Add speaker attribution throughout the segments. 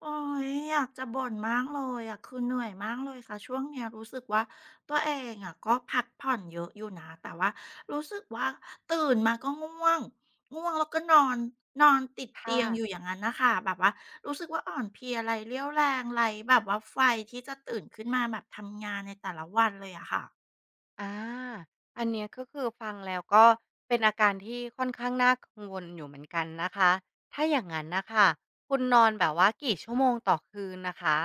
Speaker 1: โอยอยากจะบ่นมากเลยอะคือเหนื่อยมากเลยค่ะช่วงเนี้ยรู้สึกว่าตัวเองอะก็พักผ่อนเยอะอยู่นะแต่ว่ารู้สึกว่าตื่นมาก็ง่วงง่วงแล้วก็นอนนอนติดเตี
Speaker 2: ค่ะ
Speaker 1: ยงอยู่อย่างนั้นนะคะแบบว่ารู้สึกว่าอ่อนเพลียไรเรี่ยวแรงไรแบบว่าไฟที่จะตื่นขึ้นมาแบบทำงานในแต่ละวันเลยอะค่ะ
Speaker 2: อาอันเนี้ยก็คือฟังแล้วก็เป็นอาการที่ค่อนข้างน่ากังวลอยู่เหมือนกันนะคะ ถ้าอย่างนั้นนะคะคุณนอนแบบว่ากี่ชั่วโมงต่อคืนนะคะ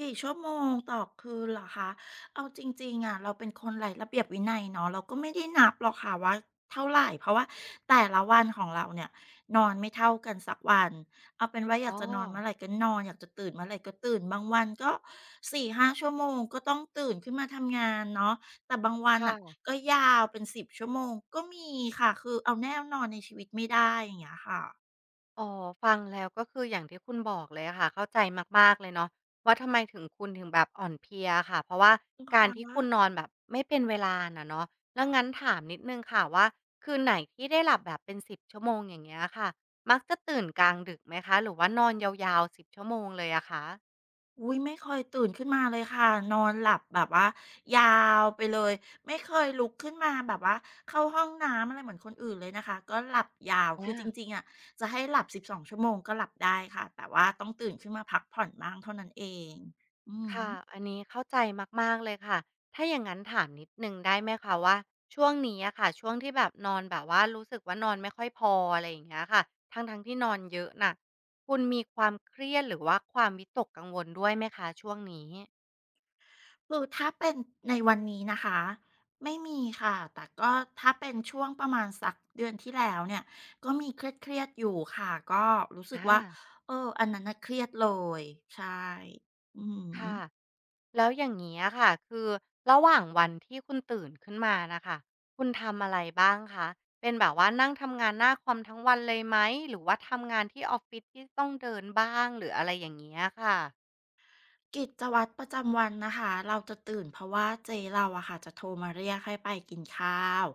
Speaker 1: กี่ชั่วโมงต่อคืนเหรอคะ เอาจริงๆอะเราเป็นคนไร้ระเบียบวินัยเนาะเราก็ไม่ได้นับหรอกค่ะว่าเท่าไรเพราะว่าแต่ละวันของเราเนี่ยนอนไม่เท่ากันสักวันเอาเป็นว่าอ
Speaker 2: อ๋
Speaker 1: ยา
Speaker 2: อ
Speaker 1: กจะนอนเมื่อไรก็นอนอยากจะตื่นเมื่อไรก็ตื่นบางวันก็สี่ห้าชั่วโมงก็ต้องตื่นขึ้นมาทำงานเนาะแต่บางวัน
Speaker 2: ค่
Speaker 1: น่ะ
Speaker 2: ะ
Speaker 1: ก็ยาวเป็นสิบชั่วโมงก็มีค่ะคือเอาแน่นอนในชีวิตไม่ได้อย่างเงี้ยค่ะ
Speaker 2: อ๋อฟังแล้วก็คืออย่างที่คุณบอกเลยอะค่ะเข้าใจมากๆเลยเนาะว่าทำไมถึงคุณถึงแบบอ่อนเพลียค่ะเพราะว่า
Speaker 1: อือ
Speaker 2: การ
Speaker 1: คะ
Speaker 2: ที่คุณนอนแบบไม่เป็นเวลาน่ะเนาะแล้วงั้นถามนิดหนึ่งค่ะว่าคืนไหนที่ได้หลับแบบเป็นสิบชั่วโมงอย่างเงี้ยค่ะมักจะตื่นกลางดึกไหมคะหรือว่านอนยาวๆ1บชั่วโมงเลยอะคะ
Speaker 1: อุ้ยไม่เคยตื่นขึ้นมาเลยค่ะนอนหลับแบบว่ายาวไปเลยไม่เคยลุกขึ้นมาแบบว่าเข้าห้องน้ำอะไรเหมือนคนอื่นเลยนะคะก็หลับยาวคือจ
Speaker 2: อา
Speaker 1: ริงๆอะจะให้หลับ12ชั่วโมงก็หลับได้ค่ะแต่ว่าต้องตื่นขึ้นมาพักผ่อนบ้างเท่านั้นเองอื
Speaker 2: ค่ะ
Speaker 1: ม
Speaker 2: อันนี้เข้าใจมากๆเลยค่ะ ถ้าอย่างงั้นถามนิดหนึ่งได้ไหมคะว่าช่วงนี้อะค่ะ ช่วงที่แบบนอนแบบว่ารู้สึกว่านอนไม่ค่อยพออะไรอย่างเงี้ยค่ะ ทั้งๆที่นอนเยอะน่ะ คุณมีความเครียดหรือว่าความวิตกกังวลด้วยไหมคะช่วงนี้
Speaker 1: คือถ้าเป็นในวันนี้นะคะไม่มีค่ะแต่ก็ถ้าเป็นช่วงประมาณสักเดือนที่แล้วเนี่ยก็มีเครียดๆอยู่ค่ะก็รู้สึก
Speaker 2: อา
Speaker 1: ว่าเอออันนั้นน่ะเครียดเลยใช่อื
Speaker 2: ค่ะ
Speaker 1: ม
Speaker 2: แล้วอย่างงี้อะค่ะคือระหว่างวันที่คุณตื่นขึ้นมาน่ะค่ะคุณทำอะไรบ้างคะเป็นแบบว่านั่งทำงานหน้าคอมทั้งวันเลยไหมหรือว่าทำงานที่ออฟฟิศที่ต้องเดินบ้างหรืออะไรอย่างเงี้ยค่ะ
Speaker 1: กิจวัตรประจำวันนะคะเราจะตื่นเพราะว่าเจ๊เราอะค่ะจะโทรมาเรียกให้ไปกินข้าว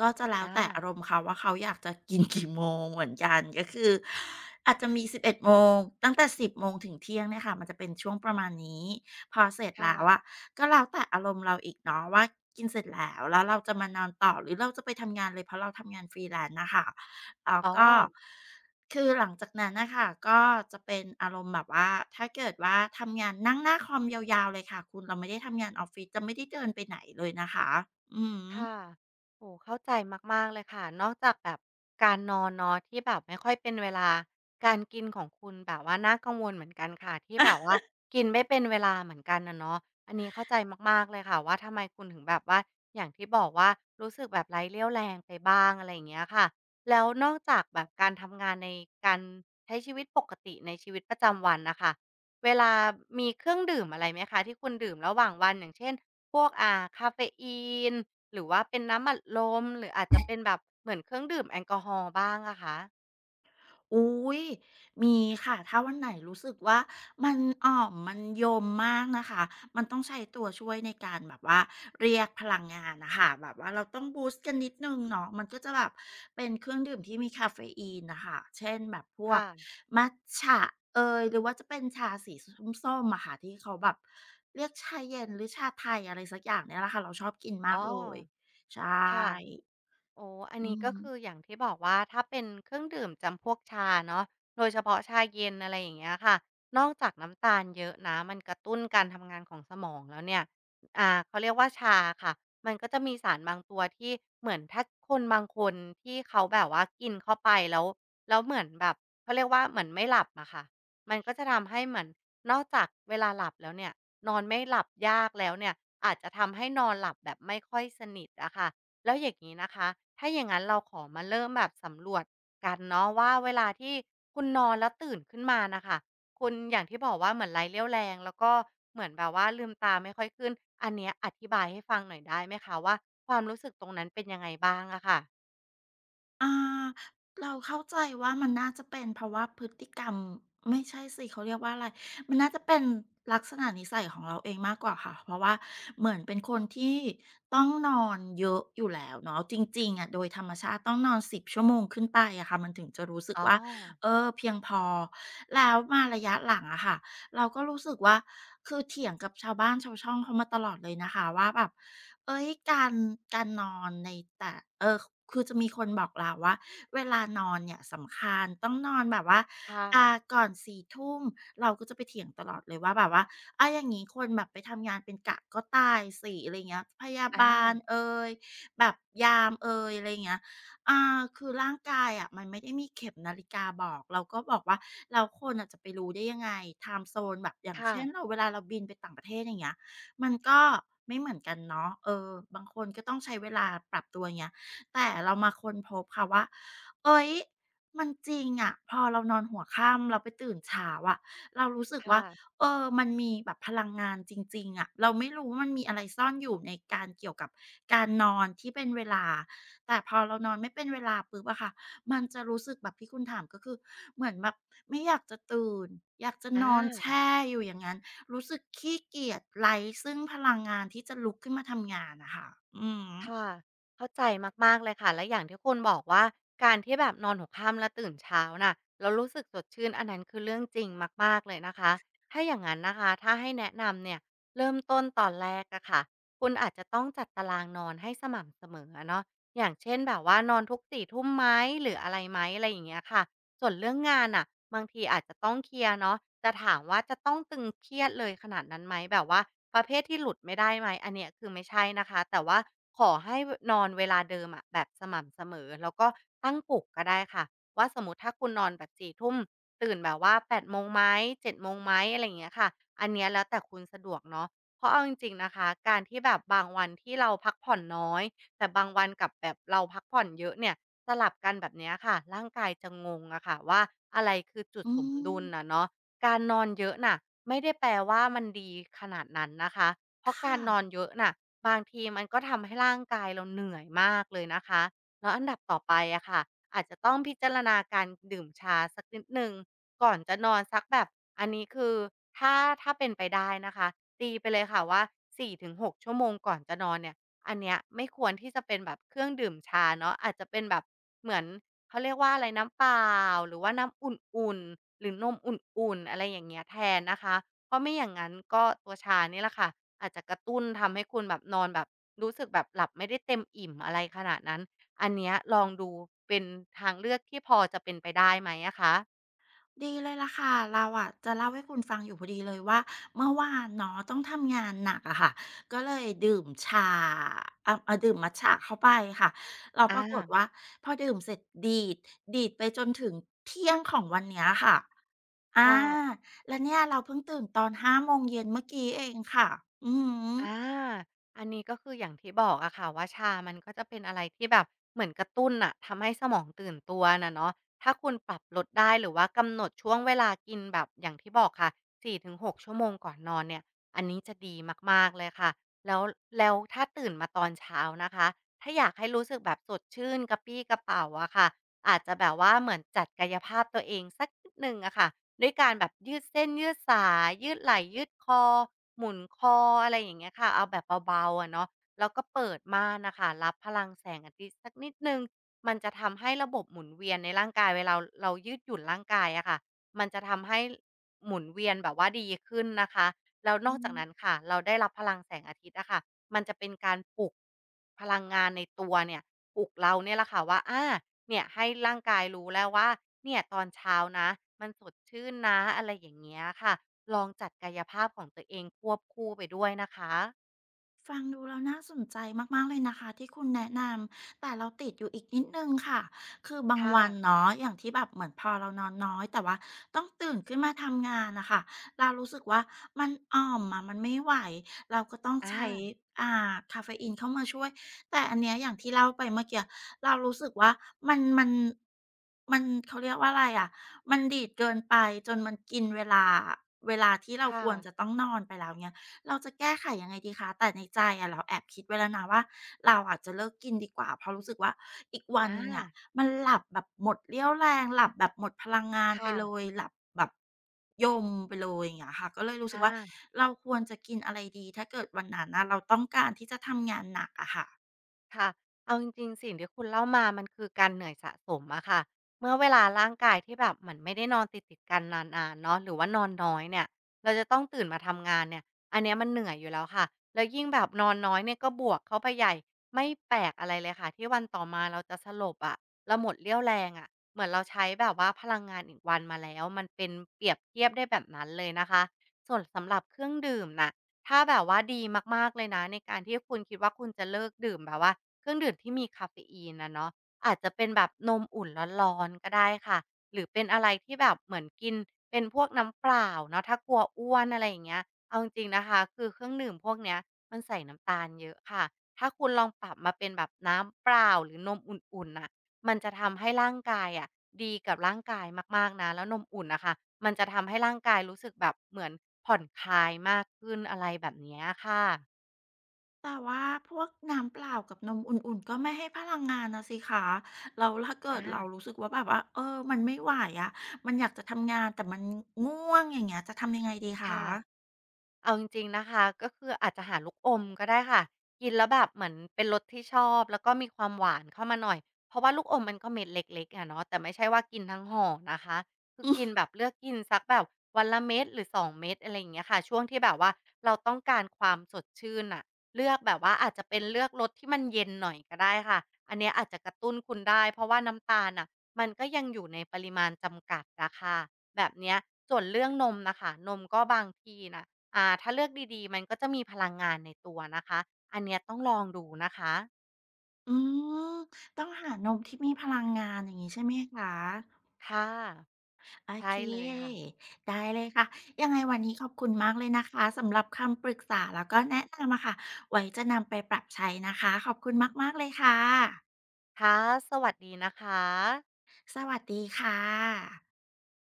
Speaker 1: ก็จะแล้วแต่อา
Speaker 2: อา
Speaker 1: รมณ์เขาว่าเขาอยากจะกิน กี่โมงเหมือนกันก็คืออาจจะมี11โมงตั้งแต่10โมงถึงเที่ยงเนี่ยค่ะมันจะเป็นช่วงประมาณนี้พอเสร็จ
Speaker 2: ค่ะ
Speaker 1: แล้วอะก็แล้วแต่อารมณ์เราอีกเนาะว่ากินเสร็จแล้วแล้วเราจะมานอนต่อหรือเราจะไปทำงานเลยเพราะเราทำงาน Freelance น่ะค่ะแล้ว
Speaker 2: อ๋อ
Speaker 1: ก็ คือหลังจากนั้นนะคะก็จะเป็นอารมณ์แบบว่าถ้าเกิดว่าทำงานนั่งหน้าคอมยาวๆเลยค่ะคุณเราไม่ได้ทำงานออฟฟิศจะไม่ได้เดินไปไหนเลยนะคะอือ
Speaker 2: ค่ะโอ้เข้าใจมากๆเลยค่ะนอกจากแบบการนอนเนาะที่แบบไม่ค่อยเป็นเวลาการกินของคุณแบบว่าน่ากังวลเหมือนกันค่ะที่แบบว่ากินไม่เป็นเวลาเหมือนกันอะเนาะอันนี้เข้าใจมากๆเลยค่ะว่าทำไมคุณถึงแบบว่าอย่างที่บอกว่ารู้สึกแบบไร้เรี่ยวแรงไปบ้างอะไรอย่างเงี้ยค่ะแล้วนอกจากแบบการทำงานในการใช้ชีวิตปกติในชีวิตประจำวันน่ะค่ะเวลามีเครื่องดื่มอะไรไหมคะที่คุณดื่มระหว่างวันอย่างเช่นพวกกาเฟอีน หรือว่าเป็นน้ำอัดลมหรืออาจจะเป็นแบบเหมือนเครื่องดื่มแอลกอฮอล์บ้างอะคะ
Speaker 1: อุ๊ยมีค่ะถ้าวันไหนรู้สึกว่ามันอ่อมมันโยมมากนะคะมันต้องใช้ตัวช่วยในการแบบว่าเรียกพลังงานนะคะแบบว่าเราต้องบูสต์กันนิดนึงเนาะมันก็จะแบบเป็นเครื่องดื่มที่มีคาเฟอีนนะคะเช่นแบบพวก
Speaker 2: ค่ะ
Speaker 1: มัทฉะเอยหรือว่าจะเป็นชาสีสส้มๆอะค่ะที่เขาแบบเรียกชาเย็นหรือชาไทยอะไรสักอย่างเนี่ยแหละค่ะเราชอบกินมา
Speaker 2: อ๋
Speaker 1: ก
Speaker 2: อ
Speaker 1: เลยใช
Speaker 2: ค่ะ
Speaker 1: ่
Speaker 2: โอ้อัน
Speaker 1: อื
Speaker 2: นี้ก็คือ
Speaker 1: ม
Speaker 2: อย่างที่บอกว่าถ้าเป็นเครื่องดื่มจำพวกชาเนาะโดยเฉพาะชาเย็นอะไรอย่างเงี้ยค่ะนอกจากน้ำตาลเยอะนะมันกระตุ้นการทำงานของสมองแล้วเนี่ยเขาเรียกว่าชาค่ะมันก็จะมีสารบางตัวที่เหมือนถ้าคนบางคนที่เขาแบบว่ากินเข้าไปแล้วเหมือนแบบเขาเรียกว่าเหมือนไม่หลับอะค่ะมันก็จะทำให้เหมือนนอกจากเวลาหลับแล้วเนี่ยนอนไม่หลับยากแล้วเนี่ยอาจจะทำให้นอนหลับแบบไม่ค่อยสนิทอะค่ะ แล้วอย่างนี้นะคะ ถ้าอย่างนั้นเราขอมาเริ่มแบบสำรวจกันเนาะว่าเวลาที่คุณนอนแล้วตื่นขึ้นมานะคะคุณอย่างที่บอกว่าเหมือนไร้เรี่ยวแรงแล้วก็เหมือนแบบว่าลืมตาไม่ค่อยขึ้นอันเนี้ยอธิบายให้ฟังหน่อยได้ไหมคะว่าความรู้สึกตรงนั้นเป็นยังไงบ้างอะค่ะ
Speaker 1: อาเราเข้าใจว่ามันน่าจะเป็นเพราะว่าพฤติกรรมไม่ใช่สิเขาเรียกว่าอะไรมันน่าจะเป็นลักษณะนิสัยของเราเองมากกว่าค่ะเพราะว่าเหมือนเป็นคนที่ต้องนอนเยอะอยู่แล้วเนาะจริงๆอะโดยธรรมชาติต้องนอน10ชั่วโมงขึ้นไปอะค่ะมันถึงจะรู้สึก
Speaker 2: อ๋อ
Speaker 1: ว่าเออเพียงพอแล้วมาระยะหลังอะค่ะ เราก็รู้สึกว่าคือเถียงกับชาวบ้านชาวช่องเขามาตลอดเลยนะคะว่าแบบเอ้ยการนอนในแต่เออคือจะมีคนบอกเราว่าเวลานอนเนี่ยสำคัญต้องนอนแบบว่า
Speaker 2: ค่ะ
Speaker 1: อ่าก่อน4ทุ่มเราก็จะไปเถียงตลอดเลยว่าแบบว่าอาอย่างงี้คนแบบไปทำงานเป็นกะก็ตายสิอะไรเงี้ยพยา
Speaker 2: อา
Speaker 1: บาลเอยแบบยามเอยอะไรเงี้ย อ่าคือร่างกายอ่ะมันไม่ได้มีเข็มนาฬิกาบอกเราก็บอกว่าแล้วคนน่ะจะไปรู้ได้ยังไงไทม์โซนแบบอย่าง
Speaker 2: ค่ะ
Speaker 1: เช่นเราเวลาเราบินไปต่างประเทศอย่างเงี้ยมันก็ไม่เหมือนกันเนาะเออบางคนก็ต้องใช้เวลาปรับตัวอย่างเงี้ยแต่เรามาค้นพบค่ะว่าเฮ้ยมันจริงอะพอเรานอนหัวค่ำเราไปตื่นเช้าอะเรารู้สึกว่า
Speaker 2: ค่ะ
Speaker 1: เออมันมีแบบพลังงานจริงๆอะเราไม่รู้ว่ามันมีอะไรซ่อนอยู่ในการเกี่ยวกับการนอนที่เป็นเวลา แต่พอเรานอนไม่เป็นเวลาปุ๊บอะค่ะ มันจะรู้สึกแบบที่คุณถามก็คือเหมือนแบบไม่อยากจะตื่นอยากจะ
Speaker 2: อ
Speaker 1: นอนแช
Speaker 2: า
Speaker 1: ่อยู่อย่างนั้นรู้สึกขี้เกียจไร้ซึ่งพลังงานที่จะลุกขึ้นมาทำงานอะค่ะอืม
Speaker 2: ค่ะเข้าใจมากๆเลยค่ะและอย่างที่คุณบอกว่าการที่แบบนอนหัวค่ำแล้วตื่นเช้าน่ะแล้วรู้สึกสดชื่นอันนั้นคือเรื่องจริงมากๆเลยนะคะ ถ้าอย่างนั้นนะคะถ้าให้แนะนำเนี่ยเริ่มต้นตอนแรกอะค่ะคุณอาจจะต้องจัดตารางนอนให้สม่ำเสมออะเนาะอย่างเช่นแบบว่านอนทุก4ทุ่มไหมหรืออะไรไหมอะไรอย่างเงี้ยค่ะ ส่วนเรื่องงานน่ะบางทีอาจจะต้องเคลียร์เนาะแต่ถามว่าจะต้องตึงเครียดเลยขนาดนั้นไหมแบบว่าประเภทที่หลุดไม่ได้ไหมอันเนี้ยคือไม่ใช่นะคะแต่ว่าขอให้วนอนเวลาเดิมอะแบบสม่ำเสมอแล้วก็ตั้งปลุกก็ได้ค่ะว่าสมมุติถ้าคุณนอนแบบสี่ทุ่มตื่นแบบว่าแปดโมงไหมเจ็ดโมงไหมอะไรอย่างเงี้ยค่ะอันเนี้ยแล้วแต่คุณสะดวกเนาะเพราะเอาจริงๆนะคะการที่แบบบางวันที่เราพักผ่อนน้อยแต่บางวันกับแบบเราพักผ่อนเยอะเนี่ย สลับกันแบบเนี้ยค่ะร่างกายจะงงอะค่ะว่าอะไรคือจุด
Speaker 1: อื
Speaker 2: สมดุลน่ะ
Speaker 1: ม
Speaker 2: เนาะการนอนเยอะน่ะไม่ได้แปลว่ามันดีขนาดนั้นนะคะเพ
Speaker 1: ค
Speaker 2: ราะการนอ
Speaker 1: ่ะ
Speaker 2: นเยอะน่ะบางทีมันก็ทำให้ร่างกายเราเหนื่อยมากเลยนะคะแล้วอันดับต่อไปอะค่ะอาจจะต้องพิจารณาการดื่มชาสักนิดหนึ่งก่อนจะนอนสักแบบอันนี้คือถ้าถ้าเป็นไปได้นะคะตีไปเลยค่ะว่าสี่ถึงหกชั่วโมงก่อนจะนอนเนี่ย อันเนี้ยไม่ควรที่จะเป็นแบบเครื่องดื่มชาเนาะอาจจะเป็นแบบเหมือนเขาเรียกว่าอะไรน้ำเปล่าหรือว่าน้ำอุ่นๆหรือนมอุ่นๆอะไรอย่างเงี้ยแทนนะคะเพราะไม่อย่างงั้นก็ตัวชานี่แหละค่ะอาจจะกระตุ้นทำให้คุณแบบนอนแบบรู้สึกแบบหลับไม่ได้เต็มอิ่มอะไรขนาดนั้นอันเนี้ยลองดูเป็นทางเลือกที่พอจะเป็นไปได้ไหมอะคะ
Speaker 1: ดีเลยล่ะค่ะเราอะจะเล่าให้คุณฟังอยู่พอดีเลยว่าเมื่อวานเนาะต้องทำงานหนักอะค่ะก็เลยดื่มชาเอ่าอ่อดื่มมัตจะเข้าไปค่ะเราป
Speaker 2: อา
Speaker 1: รากฏว่าพอดื่มเสร็จดีดไปจนถึงเที่ยงของวันเนี้ยค่ะอ่า
Speaker 2: ค่ะ
Speaker 1: แล้วเนี่ยเราเพิ่งตื่นตอนหาโมงเย็นเมื่อกี้เองค่ะอื
Speaker 2: อาอันนี้ก็คืออย่างที่บอกอะค่ะว่าชามันก็จะเป็นอะไรที่แบบเหมือนกระตุ้นน่ะทำให้สมองตื่นตัวน่ะเนาะถ้าคุณปรับลดได้หรือว่ากำหนดช่วงเวลากินแบบอย่างที่บอกค่ะ4-6ชั่วโมงก่อนนอนเนี่ยอันนี้จะดีมากๆเลยค่ะแล้วแล้วถ้าตื่นมาตอนเช้านะคะถ้าอยากให้รู้สึกแบบสดชื่นกระปรี้กระเปร่าอะค่ะ อาจจะแบบว่าเหมือนจัดกายภาพตัวเองสักนิดหนึ่งอะค่ะด้วยการแบบยืดเส้นยืดสายยืดไหล่ยืดคอหมุนคออะไรอย่างเงี้ยค่ะเอาแบบเบาๆอะเนาะแล้วก็เปิดม่านน่ะค่ะรับพลังแสงอาทิตย์สักนิดหนึ่งมันจะทำให้ระบบหมุนเวียนในร่างกายเวลาเรายืดหยุ่นร่างกายอะค่ะมันจะทำให้หมุนเวียนแบบว่าดีขึ้นนะคะแล้วน
Speaker 1: ม
Speaker 2: อกจากนั้นค่ะเราได้รับพลังแสงอาทิตย์อะค่ะมันจะเป็นการปลุกพลังงานในตัวเนี่ย ปลุกเราเนี่ยแหละค่ะว่าอ่าเนี่ยให้ร่างกายรู้แล้วว่าเนี่ยตอนเช้านะมันสดชื่นนะอะไรอย่างเงี้ยค่ะลองจัดกายภาพของตัวเองควบคู่ไปด้วยนะคะ
Speaker 1: ฟังดูแล้วน่าสนใจมากๆเลยนะคะที่คุณแนะนำแต่เราติดอยู่อีกนิดหนึ่งค่ะคือบาง
Speaker 2: ค่ะ
Speaker 1: วันเนาะอย่างที่แบบเหมือนพอเรานอนน้อยแต่ว่าต้องตื่นขึ้นมาทำงานน่ะค่ะเรารู้สึกว่ามันอ่อมอะมันไม่ไหวเราก็ต้อง
Speaker 2: อา
Speaker 1: ใช้อ่ากาเฟอีนเข้ามาช่วยแต่อันเนี้ยอย่างที่เล่าไปเมื่อกี้เรารู้สึกว่ามันมันเขาเรียกว่าอะไรอะมันดีดเกินไปจนมันกินเวลาเวลาที่เรา
Speaker 2: ค่ะ
Speaker 1: ควรจะต้องนอนไปแล้วเงี้ย เราจะแก้ไขยังไงดีคะ แต่ในใจอะเราแอบคิดไว้แล้วนะว่าเราอาจจะเลิกกินดีกว่า เพราะรู้สึกว่าอีกวัน
Speaker 2: อา
Speaker 1: หนึ่งอะมันหลับแบบหมดเรี่ยวแรงหลับแบบหมดพลังงานไป
Speaker 2: ค่ะ
Speaker 1: เลยหลับแบบยมไปเลยอย่างเงี้ยค่ะก็เลยรู้สึก
Speaker 2: อา
Speaker 1: ว่าเราควรจะกินอะไรดีถ้าเกิดวันนั้นน่ะเราต้องการที่จะทำงานหนักอะค่ะ
Speaker 2: ค่ะเอาจริงๆสิ่งที่คุณเล่ามามันคือการเหนื่อยสะสมอะค่ะเมื่อเวลาร่างกายที่แบบเหมือนไม่ได้นอนติดๆกันนานๆเนาะหรือว่านอนน้อยเนี่ยเราจะต้องตื่นมาทำงานเนี่ยอันเนี้ยมันเหนื่อยอยู่แล้วค่ะแล้วยิ่งแบบนอนน้อยเนี่ยก็บวกเข้าไปใหญ่ไม่แปลกอะไรเลยค่ะที่วันต่อมาเราจะสลบอะเราหมดเรี่ยวแรงอะเหมือนเราใช้แบบว่าพลังงานอีกวันมาแล้วมันเป็นเปรียบเทียบได้แบบนั้นเลยนะคะส่วนสำหรับเครื่องดื่มน่ะถ้าแบบว่าดีมากๆเลยนะในการที่คุณคิดว่าคุณจะเลิกดื่มแบบว่า เครื่องดื่มที่มีกาเฟอีนนะเนาะอาจจะเป็นแบบนมอุ่นร้อนๆก็ได้ค่ะหรือเป็นอะไรที่แบบเหมือนกินเป็นพวกน้ำเปล่าเนาะถ้ากลัวอ้วนอะไรอย่างเงี้ยเอาจริงๆนะคะคือเครื่องดื่มพวกเนี้ยมันใส่น้ำตาลเยอะค่ะถ้าคุณลองปรับมาเป็นแบบน้ำเปล่าหรือนมอุ่นๆน่ะมันจะทำให้ร่างกายอะดีกับร่างกายมากๆนะแล้วนมอุ่นนะคะมันจะทำให้ร่างกายรู้สึกแบบเหมือนผ่อนคลายมากขึ้นอะไรแบบเนี้ยค่ะ
Speaker 1: แต่ว่าพวกน้ำเปล่ากับนมอุ่นๆก็ไม่ให้พลังงานน่ะสิคะแล้วถ้าเกิดเรา
Speaker 2: อา
Speaker 1: รู้สึกว่าแบบว่าเออมันไม่ไหวอะมันอยากจะทำงานแต่มันง่วงอย่างเงี้ยจะทำยังไงดีคะ
Speaker 2: ค่ะ เอาจริงๆนะคะก็คืออาจจะหาลูกอมก็ได้ค่ะกินแล้วแบบเหมือนเป็นรสที่ชอบแล้วก็มีความหวานเข้ามาหน่อยเพราะว่าลูกอมมันก็เม็ดเล็กๆอะเนาะแต่ไม่ใช่ว่ากินทั้งห่อนะคะคือกินแบบเลือกกินสักแบบวันละเม็ดหรือสองเม็ดอะไรอย่างเงี้ยค่ะช่วงที่แบบว่าเราต้องการความสดชื่นน่ะเลือกแบบว่าอาจจะเป็นเลือกรสที่มันเย็นหน่อยก็ได้ค่ะอันเนี้ยอาจจะกระตุ้นคุณได้เพราะว่าน้ำตาลน่ะมันก็ยังอยู่ในปริมาณจำกัดอะค่ะแบบเนี้ยส่วนเรื่องนมน่ะค่ะนมก็บางทีน่ะ ถ้าเลือกดีๆ มันก็จะมีพลังงานในตัวนะคะ อันเนี้ยต้องลองดูนะคะ
Speaker 1: อืมต้องหานมที่มีพลังงานอย่างงี้ใช่ไหมคะ
Speaker 2: ค่ะ
Speaker 1: โอ
Speaker 2: ใช่
Speaker 1: เค
Speaker 2: เลยค่ะ
Speaker 1: ได้เลยค่ะยังไงวันนี้ขอบคุณมากเลยนะคะสำหรับคำปรึกษาแล้วก็แนะนำอะค่ะไว้จะนำไปปรับใช้นะคะขอบคุณมากๆเลยค่ะ
Speaker 2: ค่ะ สวัสดีนะคะ
Speaker 1: สวัสดีค่ะ